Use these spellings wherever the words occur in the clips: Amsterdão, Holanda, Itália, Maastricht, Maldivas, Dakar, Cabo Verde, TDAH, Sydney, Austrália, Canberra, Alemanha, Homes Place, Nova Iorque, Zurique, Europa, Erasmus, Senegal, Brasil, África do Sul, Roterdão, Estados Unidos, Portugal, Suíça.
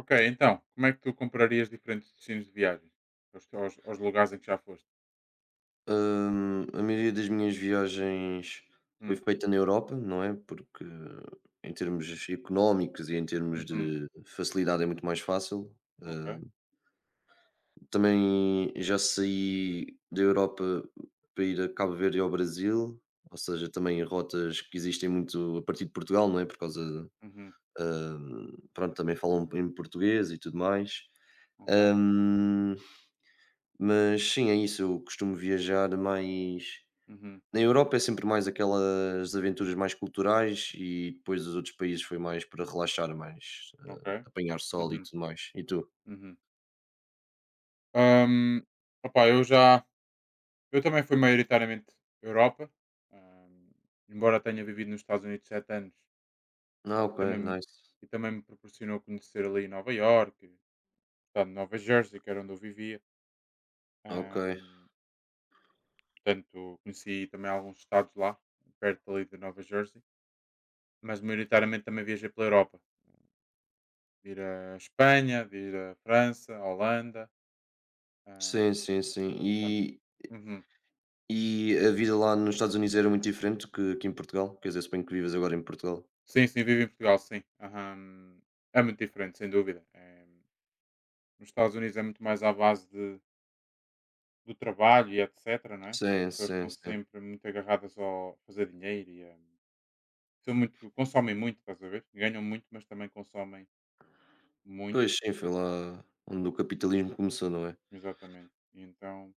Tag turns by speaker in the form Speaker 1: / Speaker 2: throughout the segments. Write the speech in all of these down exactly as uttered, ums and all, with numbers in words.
Speaker 1: Ok, então, como é que tu comprarias diferentes destinos de viagens aos, aos- aos lugares em que já foste?
Speaker 2: Hum, a maioria das minhas viagens foi
Speaker 1: Hum.
Speaker 2: feita na Europa, não é? Porque em termos económicos e em termos
Speaker 1: Uhum.
Speaker 2: de facilidade é muito mais fácil.
Speaker 1: Ok.
Speaker 2: Ah, também já saí da Europa para ir a Cabo Verde e ao Brasil, ou seja, também rotas que existem muito a partir de Portugal, não é? Por causa,
Speaker 1: Uhum.
Speaker 2: hum, pronto, também falam em português e tudo mais.
Speaker 1: Ok.
Speaker 2: Hum, mas sim, é isso. Eu costumo viajar mais.
Speaker 1: Uhum.
Speaker 2: Na Europa é sempre mais aquelas aventuras mais culturais e depois os outros países foi mais para relaxar, mais, eh,
Speaker 1: Ok.
Speaker 2: apanhar sol e
Speaker 1: Uhum.
Speaker 2: tudo mais. E tu?
Speaker 1: Uhum. Hum, Opá, eu já, eu também fui maioritariamente Europa, hum, embora tenha vivido nos Estados Unidos sete anos,
Speaker 2: Ah, ok,
Speaker 1: também, me-
Speaker 2: nice.
Speaker 1: e também me proporcionou conhecer ali Nova York, o estado de Nova Jersey, que era onde eu vivia.
Speaker 2: Ok.
Speaker 1: hum, Portanto, conheci também alguns estados lá, perto ali de Nova Jersey. Mas maioritariamente também viajei pela Europa. Ir a Espanha, vir a França, a Holanda. ah,
Speaker 2: Sim, sim, sim.
Speaker 1: Portanto.
Speaker 2: E
Speaker 1: Uhum.
Speaker 2: e a vida lá nos Estados Unidos era muito diferente que que em Portugal? Quer dizer, suponho que vives agora em Portugal.
Speaker 1: Sim, sim, vivo em Portugal, sim. Aham. É muito diferente, sem dúvida. É, nos Estados Unidos é muito mais à base de, do trabalho e etc, não é?
Speaker 2: Sim,
Speaker 1: As pessoas
Speaker 2: sim,
Speaker 1: estão
Speaker 2: sim.
Speaker 1: sempre muito agarradas ao fazer dinheiro e, ah, são muito, consomem muito, estás a ver? Ganham muito, mas também consomem muito,
Speaker 2: Pois sim, foi lá onde o capitalismo começou, não é?
Speaker 1: exatamente. E então,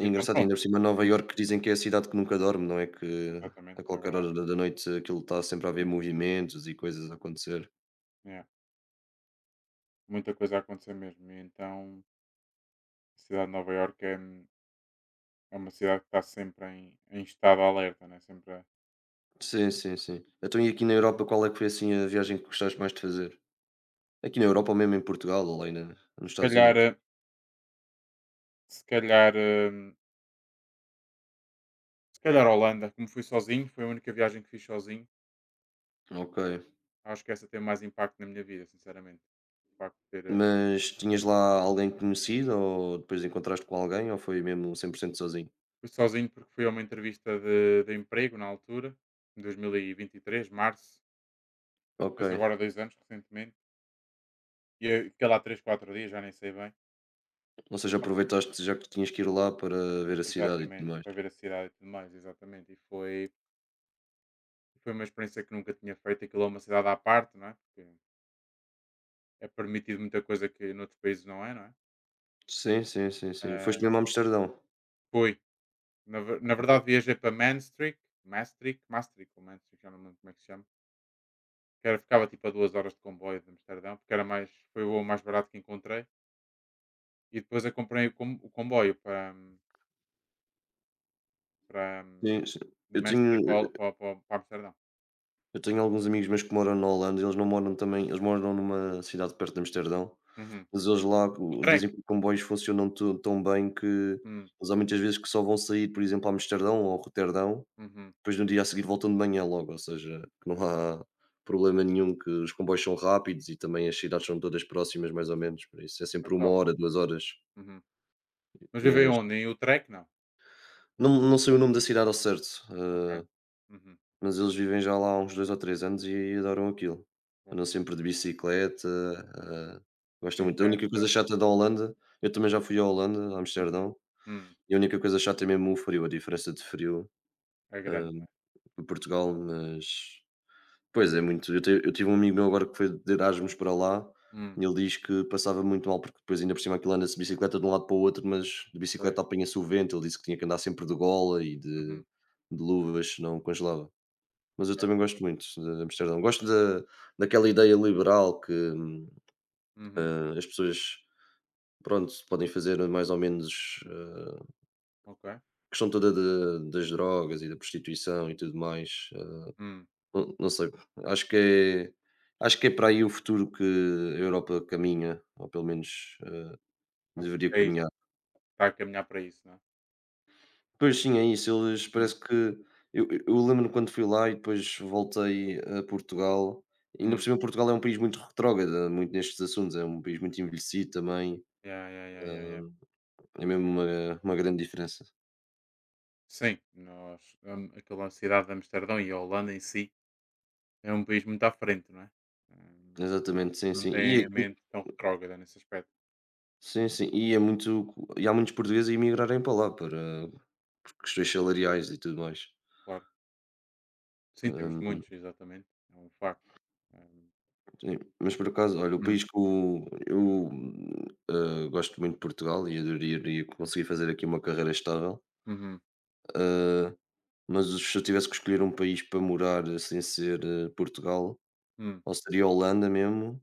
Speaker 2: É
Speaker 1: e então
Speaker 2: engraçado,
Speaker 1: pronto.
Speaker 2: ainda por cima Nova
Speaker 1: Hum,
Speaker 2: Iorque dizem que é a cidade que nunca dorme, não é? Que
Speaker 1: Exatamente,
Speaker 2: a
Speaker 1: é
Speaker 2: qualquer
Speaker 1: verdade.
Speaker 2: hora da da noite aquilo está sempre a haver
Speaker 1: Hum.
Speaker 2: movimentos e coisas a acontecer.
Speaker 1: É. Muita coisa a acontecer mesmo. E então a cidade de Nova Iorque é, é uma cidade que está sempre em, em estado de alerta, né? Sempre a-.
Speaker 2: Sim, sim, sim. Então, e aqui na Europa, qual é que foi assim a viagem que gostaste mais de fazer? Aqui na Europa ou mesmo em Portugal ou lá aí na, nos
Speaker 1: se
Speaker 2: Estados
Speaker 1: calhar,
Speaker 2: Unidos?
Speaker 1: eh, se calhar, eh, se calhar a Holanda, como fui sozinho, foi a única viagem que fiz sozinho.
Speaker 2: Ok.
Speaker 1: Acho que essa tem mais impacto na minha vida, sinceramente. O facto de ter, eh,
Speaker 2: Mas tinhas lá alguém conhecido ou depois encontraste com alguém ou foi mesmo cem por cento sozinho?
Speaker 1: fui sozinho porque fui a uma entrevista de, de emprego na altura, em dois mil e vinte e três, março. Portanto,
Speaker 2: Ok.
Speaker 1: fez agora dois anos recentemente. E eu fiquei lá três, quatro dias, já nem sei bem.
Speaker 2: Ou seja, aproveitaste já que tinhas que ir lá para ver a cidade e tudo
Speaker 1: Exatamente,
Speaker 2: mais.
Speaker 1: para ver a cidade e tudo mais, exatamente. E foi Foi uma experiência que nunca tinha feito, aquilo é uma cidade à parte, não é? Porque é permitido muita coisa que noutros países não é, não é?
Speaker 2: Sim, sim, sim, sim.
Speaker 1: Ah,
Speaker 2: Foste mesmo a Amsterdão.
Speaker 1: fui. Na, ver- na
Speaker 2: Ok.
Speaker 1: verdade viajei para Maastricht, Maastricht, Maastricht, ou Maastricht, já não me lembro como é que se chama. Que era, ficava tipo a duas horas de comboio de Amsterdão, porque era mais, foi o voo mais barato que encontrei. E depois eu comprei o, com- o comboio para, para
Speaker 2: Sim, sim.
Speaker 1: de
Speaker 2: Eu tenho,
Speaker 1: Maastricht para, para, para, para Amsterdão.
Speaker 2: eu tenho alguns amigos meus que moram na Holanda. Eles não moram também, eles moram numa cidade perto de Amsterdão.
Speaker 1: Uhum.
Speaker 2: Mas eles lá
Speaker 1: O
Speaker 2: o
Speaker 1: Trek.
Speaker 2: dizem que os comboios funcionam to tão bem que
Speaker 1: Hum.
Speaker 2: eles há muitas vezes que só vão sair, por exemplo, a Amsterdão ou Roterdão,
Speaker 1: Uhum.
Speaker 2: depois no dia a seguir voltam de manhã logo, ou seja, que não há problema nenhum, que os comboios são rápidos e também as cidades são todas próximas mais ou menos, por isso é
Speaker 1: Tá
Speaker 2: sempre uma
Speaker 1: top.
Speaker 2: hora, duas horas,
Speaker 1: Uhum. Mas vivei
Speaker 2: mas
Speaker 1: onde? Em Utrecht? Não.
Speaker 2: não não sei o nome da cidade ao certo,
Speaker 1: Ok.
Speaker 2: hã,
Speaker 1: Uhum.
Speaker 2: mas eles vivem já lá há uns dois ou três anos e adoram aquilo. Andam
Speaker 1: Gosto
Speaker 2: sempre de
Speaker 1: bastante.
Speaker 2: bicicleta, hã, gostam muito. A única
Speaker 1: Intensa.
Speaker 2: coisa chata da Holanda. Eu também já fui à Holanda, a
Speaker 1: Uhum.
Speaker 2: Amsterdão.
Speaker 1: Hum.
Speaker 2: E a única coisa chata é mesmo o frio, a diferença de frio,
Speaker 1: É grande, não
Speaker 2: hum,
Speaker 1: é?
Speaker 2: de Portugal, mas pois é muito. Eu te eu tive um amigo meu agora que foi de Erasmus para lá
Speaker 1: Hum.
Speaker 2: e ele diz que passava muito mal, porque depois ainda por cima aquilo anda-se de bicicleta de um lado para o outro, mas de
Speaker 1: Pois.
Speaker 2: bicicleta apanha-se o vento, ele disse que tinha que andar sempre de gola e de
Speaker 1: Uhum.
Speaker 2: de luvas, senão congelava. Mas eu
Speaker 1: Ok.
Speaker 2: também gosto muito de Amsterdão. Gosto da daquela ideia liberal que, hum,
Speaker 1: Uhum.
Speaker 2: hã, as pessoas, pronto, podem fazer mais ou menos, eh,
Speaker 1: Ok.
Speaker 2: questão toda de das drogas e da prostituição e tudo mais, eh,
Speaker 1: Hum.
Speaker 2: não não sei, acho que é acho que é para aí o futuro que a Europa caminha, ou pelo menos, eh,
Speaker 1: Achas que
Speaker 2: deveria
Speaker 1: é isso?
Speaker 2: caminhar.
Speaker 1: Está a caminhar para isso, não é?
Speaker 2: Pois sim, é isso, eles
Speaker 1: Uhum.
Speaker 2: parece que eu eu lembro quando fui lá e depois voltei a Portugal. Ainda
Speaker 1: Hum.
Speaker 2: por cima Portugal é um país muito retrógrado, muito nestes assuntos, é um país muito envelhecido também,
Speaker 1: Yeah, yeah, yeah, yeah, yeah.
Speaker 2: hã, é mesmo uma uma grande diferença.
Speaker 1: Sim, nós, hum, aquela cidade de Amsterdão e a Holanda em si é um país muito à frente, não é? Hum,
Speaker 2: Exatamente, sim,
Speaker 1: Não
Speaker 2: sim.
Speaker 1: tem
Speaker 2: E.
Speaker 1: a mente tão retrógrada nesse aspecto,
Speaker 2: Sim, sim. E é muito e há muitos portugueses a emigrarem para lá, para por questões salariais e tudo mais.
Speaker 1: claro. Sim, temos
Speaker 2: Hum,
Speaker 1: muitos, exatamente. É um facto. Hum,
Speaker 2: sim, mas por acaso, olha, o
Speaker 1: hum,
Speaker 2: país que eu eu, eh, gosto muito de Portugal e adoraria conseguir fazer aqui uma carreira estável,
Speaker 1: uhum,
Speaker 2: eh, mas se eu tivesse que escolher um país para morar, eh, sem ser, eh, Portugal,
Speaker 1: hum,
Speaker 2: ou seria Holanda mesmo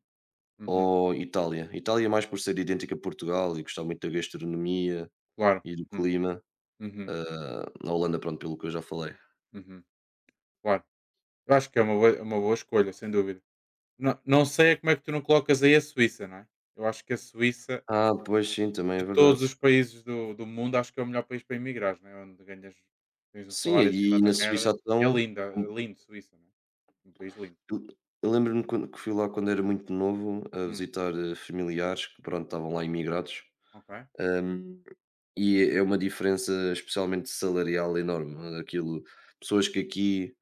Speaker 1: uhum,
Speaker 2: ou Itália. Itália mais por ser idêntica a Portugal e gostar muito da gastronomia
Speaker 1: claro.
Speaker 2: e do
Speaker 1: Uhum,
Speaker 2: clima,
Speaker 1: uhum,
Speaker 2: eh, a Holanda, pronto, pelo que eu já falei.
Speaker 1: uhum, claro. Eu acho que é uma boa, é uma boa escolha, sem dúvida. Não, não sei é como é que tu não colocas aí a Suíça, não é? Eu acho que a Suíça,
Speaker 2: Ah, pois sim, também é
Speaker 1: de todos
Speaker 2: verdade.
Speaker 1: os países do, do mundo, acho que é o melhor país para emigrares, não é? Onde ganhas, tens um
Speaker 2: Sim,
Speaker 1: salário acima
Speaker 2: e
Speaker 1: da
Speaker 2: na
Speaker 1: merda.
Speaker 2: Suíça
Speaker 1: E é
Speaker 2: então,
Speaker 1: linda, é
Speaker 2: como
Speaker 1: lindo Suíça, não é? Um país lindo.
Speaker 2: eu lembro-me quando que fui lá quando era muito novo a
Speaker 1: Hum.
Speaker 2: visitar, eh, familiares que, pronto, estavam lá imigrados,
Speaker 1: Ok.
Speaker 2: hum, e é uma diferença especialmente salarial enorme. Aquilo, pessoas que aqui,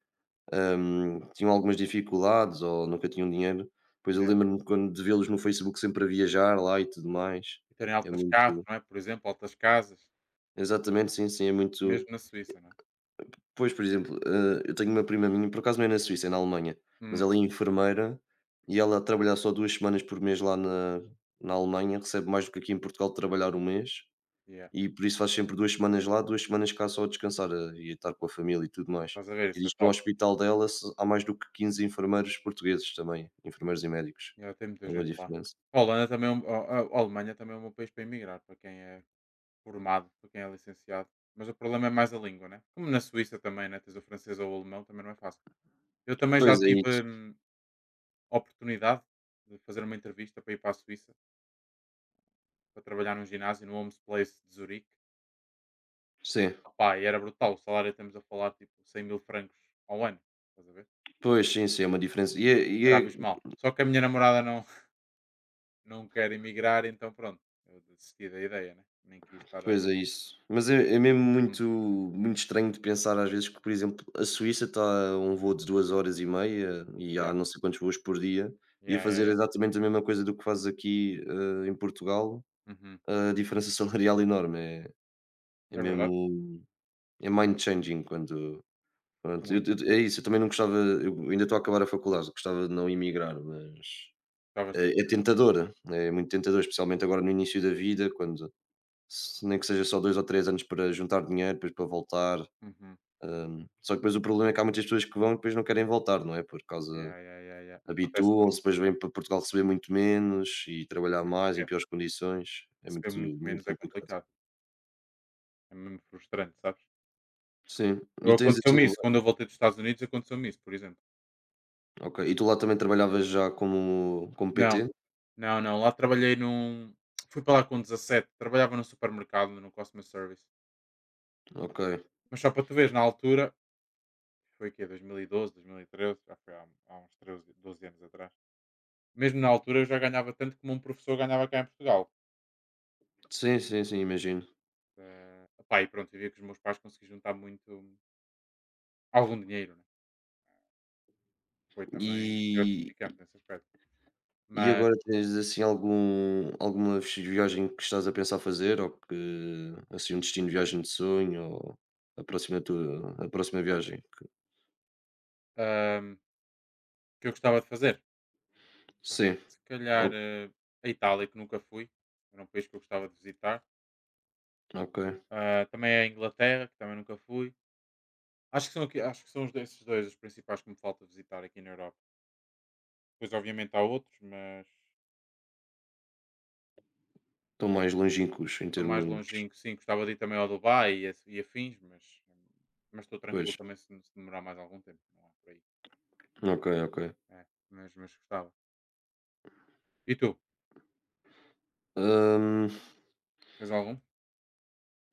Speaker 2: hum, tinham algumas dificuldades ou nunca tinham dinheiro. Pois eu
Speaker 1: Yeah.
Speaker 2: lembro-me quando de vê-los no Facebook sempre a viajar lá e tudo mais,
Speaker 1: E terem
Speaker 2: é
Speaker 1: altas carros,
Speaker 2: muito.
Speaker 1: não é? Por exemplo, altas casas,
Speaker 2: Exatamente, sim, sim, é muito.
Speaker 1: mesmo na Suíça, não é?
Speaker 2: Pois, por exemplo, eh, eu tenho uma prima minha, por acaso não é na Suíça, é na Alemanha, mas
Speaker 1: Hum.
Speaker 2: ela é enfermeira e ela a trabalhar só duas semanas por mês lá na na Alemanha recebe mais do que aqui em Portugal de trabalhar um mês,
Speaker 1: Yeah.
Speaker 2: e por isso faz sempre duas semanas lá, duas semanas cá só a descansar, eh, e a estar com a família e tudo mais.
Speaker 1: Estás a ver,
Speaker 2: E
Speaker 1: isso é
Speaker 2: diz que no
Speaker 1: top, mano.
Speaker 2: hospital dela se há mais do que quinze enfermeiros portugueses também, enfermeiros e médicos.
Speaker 1: Yeah, tem muita
Speaker 2: É uma
Speaker 1: gente lá.
Speaker 2: diferença.
Speaker 1: A Holanda também, é um- a, a- a Alemanha também é um bom país para emigrar, para quem é formado, para quem é licenciado. Mas o problema é mais a língua, né? Como na Suíça também, né? Tens o francês ou o alemão, também não é fácil. Eu também já
Speaker 2: Pois é
Speaker 1: tive,
Speaker 2: isso.
Speaker 1: hum, a oportunidade de fazer uma entrevista para ir para a Suíça, para trabalhar num ginásio no Homes Place de Zurique.
Speaker 2: Sim.
Speaker 1: Opá, e era brutal. O salário estamos a falar tipo cem mil francos ao ano, estás a ver?
Speaker 2: Pois, sim, sim, é uma diferença. E é e
Speaker 1: Era
Speaker 2: é.
Speaker 1: abismal. Só que a minha namorada não, não quer emigrar, então pronto, eu desisti da ideia, né? Nem quis estar a.
Speaker 2: Pois é isso. Mas é é mesmo
Speaker 1: Hum.
Speaker 2: muito muito estranho de pensar às vezes que, por exemplo, a Suíça está a um voo de duas horas e meia e há
Speaker 1: Yeah,
Speaker 2: não sei quantos voos por dia, e a
Speaker 1: yeah, yeah,
Speaker 2: fazer
Speaker 1: yeah.
Speaker 2: exatamente a mesma coisa do que faz aqui, hã, em Portugal,
Speaker 1: Uhum.
Speaker 2: a diferença salarial enorme, é é
Speaker 1: É verdade,
Speaker 2: mesmo, é mind changing. Quando pronto, eu
Speaker 1: muito.
Speaker 2: eu é isso, eu também não gostava. Eu ainda estou a acabar a faculdade, gostava de não emigrar, mas
Speaker 1: Estavas.
Speaker 2: é é tentador, é muito tentador, especialmente agora no início da vida, quando se nem que seja só dois ou três anos para juntar dinheiro, depois para voltar.
Speaker 1: Uhum.
Speaker 2: Hum, só que depois o problema é que há muitas pessoas que vão e depois não querem voltar, não é? Por causa
Speaker 1: Ya, ya, ya, ya. Acontece
Speaker 2: habituam-se,
Speaker 1: muito,
Speaker 2: depois vêm para Portugal receber muito menos e trabalhar
Speaker 1: não
Speaker 2: mais em
Speaker 1: esquece.
Speaker 2: piores condições. É
Speaker 1: Receber
Speaker 2: muito,
Speaker 1: muito
Speaker 2: muito
Speaker 1: menos é
Speaker 2: complicado.
Speaker 1: complicado. É mesmo frustrante, sabes?
Speaker 2: Sim,
Speaker 1: Eu
Speaker 2: e tens assim
Speaker 1: aconteceu-me isso.
Speaker 2: agora.
Speaker 1: Quando eu voltei dos Estados Unidos, aconteceu-me isso, por exemplo.
Speaker 2: Ok. E tu lá também trabalhavas já como, como P T?
Speaker 1: Não, não, não. Lá trabalhei num. Fui para lá com dezassete. Trabalhava num supermercado, no customer service.
Speaker 2: Ok.
Speaker 1: Mas só para tu veres, na altura, foi o quê? Dois mil e doze, dois mil e treze. Já foi há, há uns treze, doze anos atrás. Mesmo na altura, eu já ganhava tanto como um professor ganhava cá em Portugal.
Speaker 2: Sim, sim, sim, imagino.
Speaker 1: Eh, pá, e pronto, eu via que os meus pais conseguiam juntar muito, algum dinheiro, né? Foi também
Speaker 2: E,
Speaker 1: gratificante nesse aspecto.
Speaker 2: E
Speaker 1: Mas,
Speaker 2: agora tens assim algum alguma viagem que estás a pensar fazer, ou que assim um destino de viagem de sonho, ou a próxima tua a próxima viagem que
Speaker 1: hum, o que eu gostava de fazer?
Speaker 2: sim,
Speaker 1: Se calhar,
Speaker 2: o
Speaker 1: eh, a Itália, que nunca fui, era um país que eu gostava de visitar.
Speaker 2: ok.
Speaker 1: Ah, também a Inglaterra, que também nunca fui. Acho que são, aqui, acho que são os do- esses dois os principais que me falta visitar aqui na Europa. Depois, obviamente, há outros, mas
Speaker 2: Estão mais longínquos em
Speaker 1: estão mais
Speaker 2: termos,
Speaker 1: longínquos. Sim, gostava de ir também ao Dubai e, a- e afins, mas mas estou
Speaker 2: pois,
Speaker 1: tranquilo também se, se demorar mais algum tempo. Não é por aí.
Speaker 2: ok, ok.
Speaker 1: É, mas, mas gostava. E tu?
Speaker 2: Hum,
Speaker 1: Tens algum?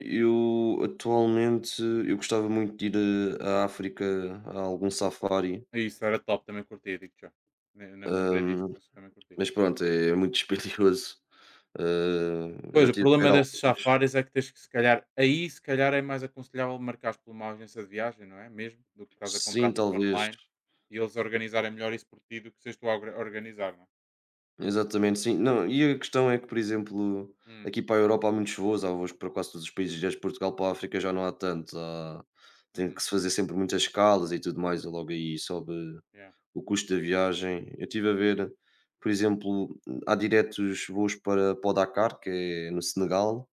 Speaker 2: eu atualmente eu gostava muito de ir, eh, à África, a algum safari,
Speaker 1: Isso era top, também curti, digo já. Nem nem me lembrei disso,
Speaker 2: hum,
Speaker 1: mas também curti.
Speaker 2: mas pronto, é é muito dispendioso. Hã,
Speaker 1: Pois,
Speaker 2: já
Speaker 1: o
Speaker 2: tive a
Speaker 1: problema
Speaker 2: ver
Speaker 1: desses
Speaker 2: alguns.
Speaker 1: safaris é que tens que se calhar aí se calhar é mais aconselhável marcares por uma agência de viagem, não é, mesmo, do que estás a comprar,
Speaker 2: Sim,
Speaker 1: tipo,
Speaker 2: talvez.
Speaker 1: online, e eles organizarem melhor isso por ti do que seres tu a orga organizar, não é?
Speaker 2: Exatamente, sim. Não, e a questão é que, por exemplo,
Speaker 1: Hum.
Speaker 2: aqui para a Europa há muitos voos, há voos para quase todos os países, desde Portugal para a África já não há tanto, há- tem que
Speaker 1: Uhum.
Speaker 2: se fazer sempre muitas escalas e tudo mais, e logo aí sobe
Speaker 1: Yeah,
Speaker 2: o custo da viagem. Eu estive a ver, por exemplo, há diretos voos para, para o Dakar, que é no Senegal,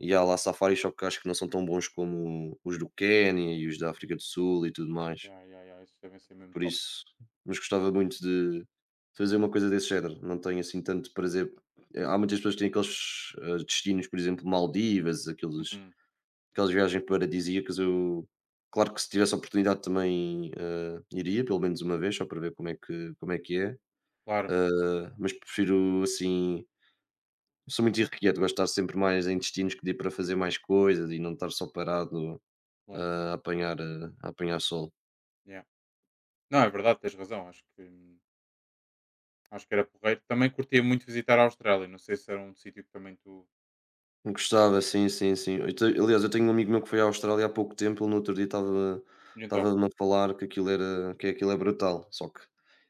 Speaker 2: e há lá safaris, só que acho que não são tão bons como os do Quénia e os da África do Sul e tudo mais.
Speaker 1: yeah, yeah, yeah, esses devem ser mesmo
Speaker 2: Por
Speaker 1: top.
Speaker 2: isso, mas gostava muito de fazer uma coisa desse género. Não tenho assim tanto prazer. Eh, Há muitas pessoas que têm aqueles, eh, destinos, por exemplo, Maldivas, aqueles,
Speaker 1: Uhum.
Speaker 2: aquelas viagens paradisíacas. Eu, claro que se tivesse a oportunidade também, eh, iria, pelo menos uma vez, só para ver como é que, como é, que é.
Speaker 1: Claro,
Speaker 2: Eh, Mas prefiro assim. Sou muito irrequieto, gosto de estar sempre mais em destinos que dê para fazer mais coisas e não estar só parado
Speaker 1: claro,
Speaker 2: a apanhar, eh, a apanhar sol.
Speaker 1: yeah. Não, é verdade, tens razão, acho que acho que era porreiro. Também curtia muito visitar a Austrália, não sei se era um sítio que também tu
Speaker 2: Gostava, sim, sim, sim. Eu te aliás, eu tenho um amigo meu que foi à Austrália há pouco tempo, ele no outro dia estava
Speaker 1: e então?
Speaker 2: estava-me a falar que aquilo era que aquilo é brutal, só que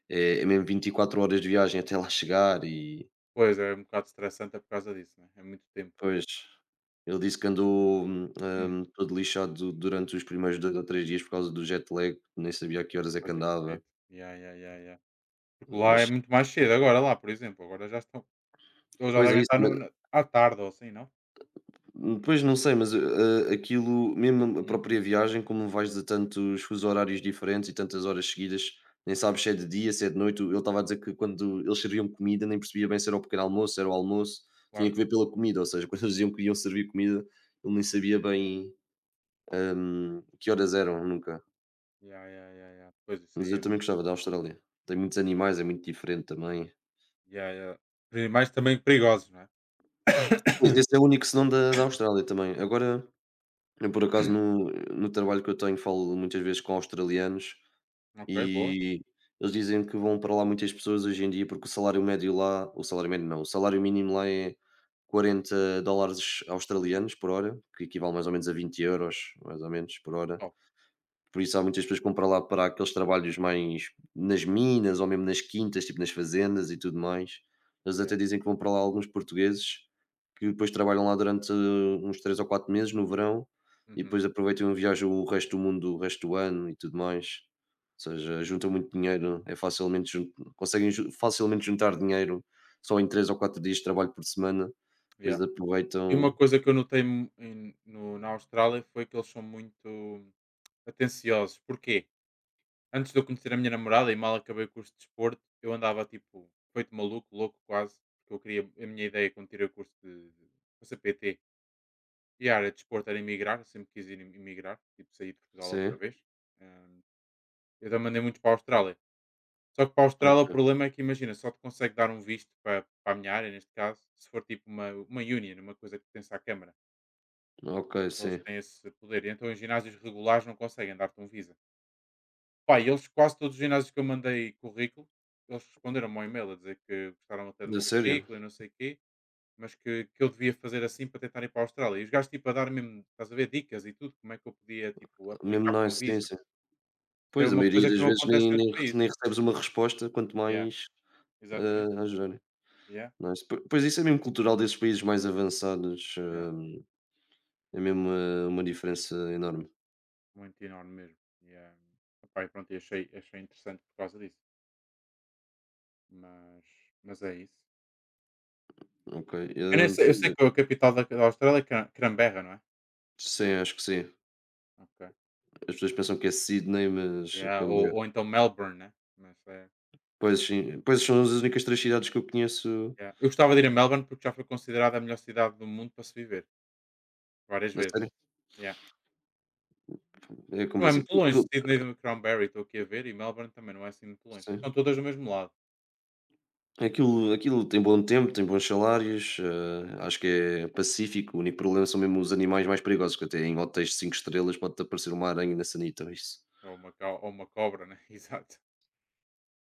Speaker 2: é é mesmo vinte e quatro horas de viagem até lá chegar e,
Speaker 1: Pois, é um bocado estressante é por causa disso, né, é muito tempo.
Speaker 2: pois, ele disse que andou, hum,
Speaker 1: Hum.
Speaker 2: hum, todo lixado du- durante os primeiros dois ou três dias por causa do jet lag, nem sabia a que horas é que
Speaker 1: Pois
Speaker 2: andava,
Speaker 1: acredito. Ya, ya, ya, ya. Porque lá
Speaker 2: mas
Speaker 1: é muito mais cedo agora lá, por exemplo, agora já estão eles já
Speaker 2: pois é
Speaker 1: devem
Speaker 2: isso.
Speaker 1: estar no na à tarde ou assim, não?
Speaker 2: Hum, Pois não sei, mas, eh, aquilo, mesmo a
Speaker 1: Hum.
Speaker 2: própria viagem, como vais de tantos fusos horários diferentes e tantas horas seguidas, nem sabes se é de dia, se é de noite. Ele estava a dizer que quando eles serviam comida, nem percebia bem se era o pequeno almoço, se era o almoço,
Speaker 1: Claro.
Speaker 2: tinha que ver pela comida, ou seja, quando eles diziam que iam servir comida, ele nem sabia bem, hum, que horas eram nunca.
Speaker 1: Ya, ya, ya, ya. Pois, isso
Speaker 2: Mas
Speaker 1: aí é
Speaker 2: eu
Speaker 1: mu.
Speaker 2: também gostava da Austrália. Tem muitos animais, é muito diferente também.
Speaker 1: Ya, ya. Animais também perigosos, não é?
Speaker 2: Pois esse é o único senão da, da Austrália também. Agora, eu por acaso no, no trabalho que eu tenho falo muitas vezes com australianos.
Speaker 1: Ok, boa.
Speaker 2: E eles dizem que vão para lá muitas pessoas hoje em dia, porque o salário médio lá, o salário médio não, o salário mínimo lá é quarenta dólares australianos por hora, que equivale mais ou menos a vinte euros, mais ou menos, por hora.
Speaker 1: Oh,
Speaker 2: Por isso há muitas pessoas que vão para lá para aqueles trabalhos mais nas minas ou mesmo nas quintas, tipo nas fazendas e tudo mais. Eles
Speaker 1: ya.
Speaker 2: até dizem que vão para lá alguns portugueses que depois trabalham lá durante, uh, uns três ou quatro meses no verão, e
Speaker 1: Uhum,
Speaker 2: depois aproveitam e viajam o resto do mundo, o resto do ano e tudo mais. Ou seja, juntam muito dinheiro, é facilmente jun conseguem ju facilmente juntar dinheiro só em três ou quatro dias de trabalho por semana,
Speaker 1: ya.
Speaker 2: depois
Speaker 1: E uma
Speaker 2: aproveitam.
Speaker 1: coisa que eu notei mu em no na Austrália foi que eles são muito atenciosos, porquê? Antes de eu conhecer a minha namorada e mal acabei o curso de desporto, eu andava tipo feito maluco, louco quase, porque eu queria, a minha ideia quando tirei o curso de, de para ser P T e a área de desporto era emigrar, eu sempre quis ir em- emigrar, tipo sair de Portugal outra
Speaker 2: Sim?
Speaker 1: vez. Ahm, eu também mandei muito para a Austrália. Só que para a Austrália o
Speaker 2: Ok,
Speaker 1: problema é que imagina, só te consegue dar um visto para, para a minha área, neste caso, se for tipo uma, uma union, uma coisa que pertence à Câmara.
Speaker 2: ok,
Speaker 1: Eles
Speaker 2: sim.
Speaker 1: têm esse poder. E então em ginásios regulares não conseguem dar-te um visa. Pá, e eles quase todos os ginásios que eu mandei currículo, eles responderam-me ao e-mail a dizer que gostaram até do
Speaker 2: A
Speaker 1: meu
Speaker 2: sério?
Speaker 1: currículo e não sei o quê, mas que, que eu devia fazer assim para tentar ir para a Austrália. E os gajos, tipo, a dar mesmo, estás a ver, dicas e tudo, como é que eu podia, tipo,
Speaker 2: Mesmo
Speaker 1: aplicar para um
Speaker 2: nice, sim,
Speaker 1: visa.
Speaker 2: sim.
Speaker 1: Isso é
Speaker 2: Pois, a
Speaker 1: uma
Speaker 2: maioria
Speaker 1: coisa que
Speaker 2: das
Speaker 1: não
Speaker 2: vezes
Speaker 1: acontece em
Speaker 2: nem
Speaker 1: outros
Speaker 2: nem rece
Speaker 1: países.
Speaker 2: nem recebes uma resposta, quanto
Speaker 1: Yeah,
Speaker 2: mais,
Speaker 1: exatamente.
Speaker 2: hã, ajudarem,
Speaker 1: Yeah,
Speaker 2: não é? Se- Po pois isso é mesmo cultural desses países mais avançados,
Speaker 1: yeah.
Speaker 2: hum, é mesmo, hã, uma diferença enorme.
Speaker 1: Muito enorme mesmo. Yeah. Epá, e pronto, e achei, achei interessante por causa disso. Mas, mas é isso.
Speaker 2: Ok,
Speaker 1: Eu, nem
Speaker 2: hã,
Speaker 1: sei, eu
Speaker 2: pois
Speaker 1: sei
Speaker 2: é.
Speaker 1: que a capital da, da Austrália é Can- Canberra, não é?
Speaker 2: Sim, acho que sim.
Speaker 1: Ok.
Speaker 2: As pessoas pensam que é Sydney, mas é
Speaker 1: Yeah, ou,
Speaker 2: Canberra.
Speaker 1: ou então Melbourne, né? Mas, é,
Speaker 2: Pois sim, pois são as únicas três cidades que eu conheço.
Speaker 1: yeah. Eu gostava de ir a Melbourne porque já foi considerada a melhor cidade do mundo para se viver várias
Speaker 2: Na
Speaker 1: vezes.
Speaker 2: sério?
Speaker 1: Yeah.
Speaker 2: É
Speaker 1: Não é
Speaker 2: compreensível.
Speaker 1: muito longe,
Speaker 2: Aquilo
Speaker 1: Sydney do Cranberry, estou aqui a ver, e Melbourne também não é assim muito longe.
Speaker 2: sim.
Speaker 1: Estão todas do mesmo lado.
Speaker 2: Aquilo aquilo tem bom tempo, tem bons salários, eh, acho que é pacífico, o único problema são mesmo os animais mais perigosos, que até em hotéis de cinco estrelas pode-te aparecer uma aranha na sanita, isso
Speaker 1: Ou uma, co- ou uma cobra, né? Exato.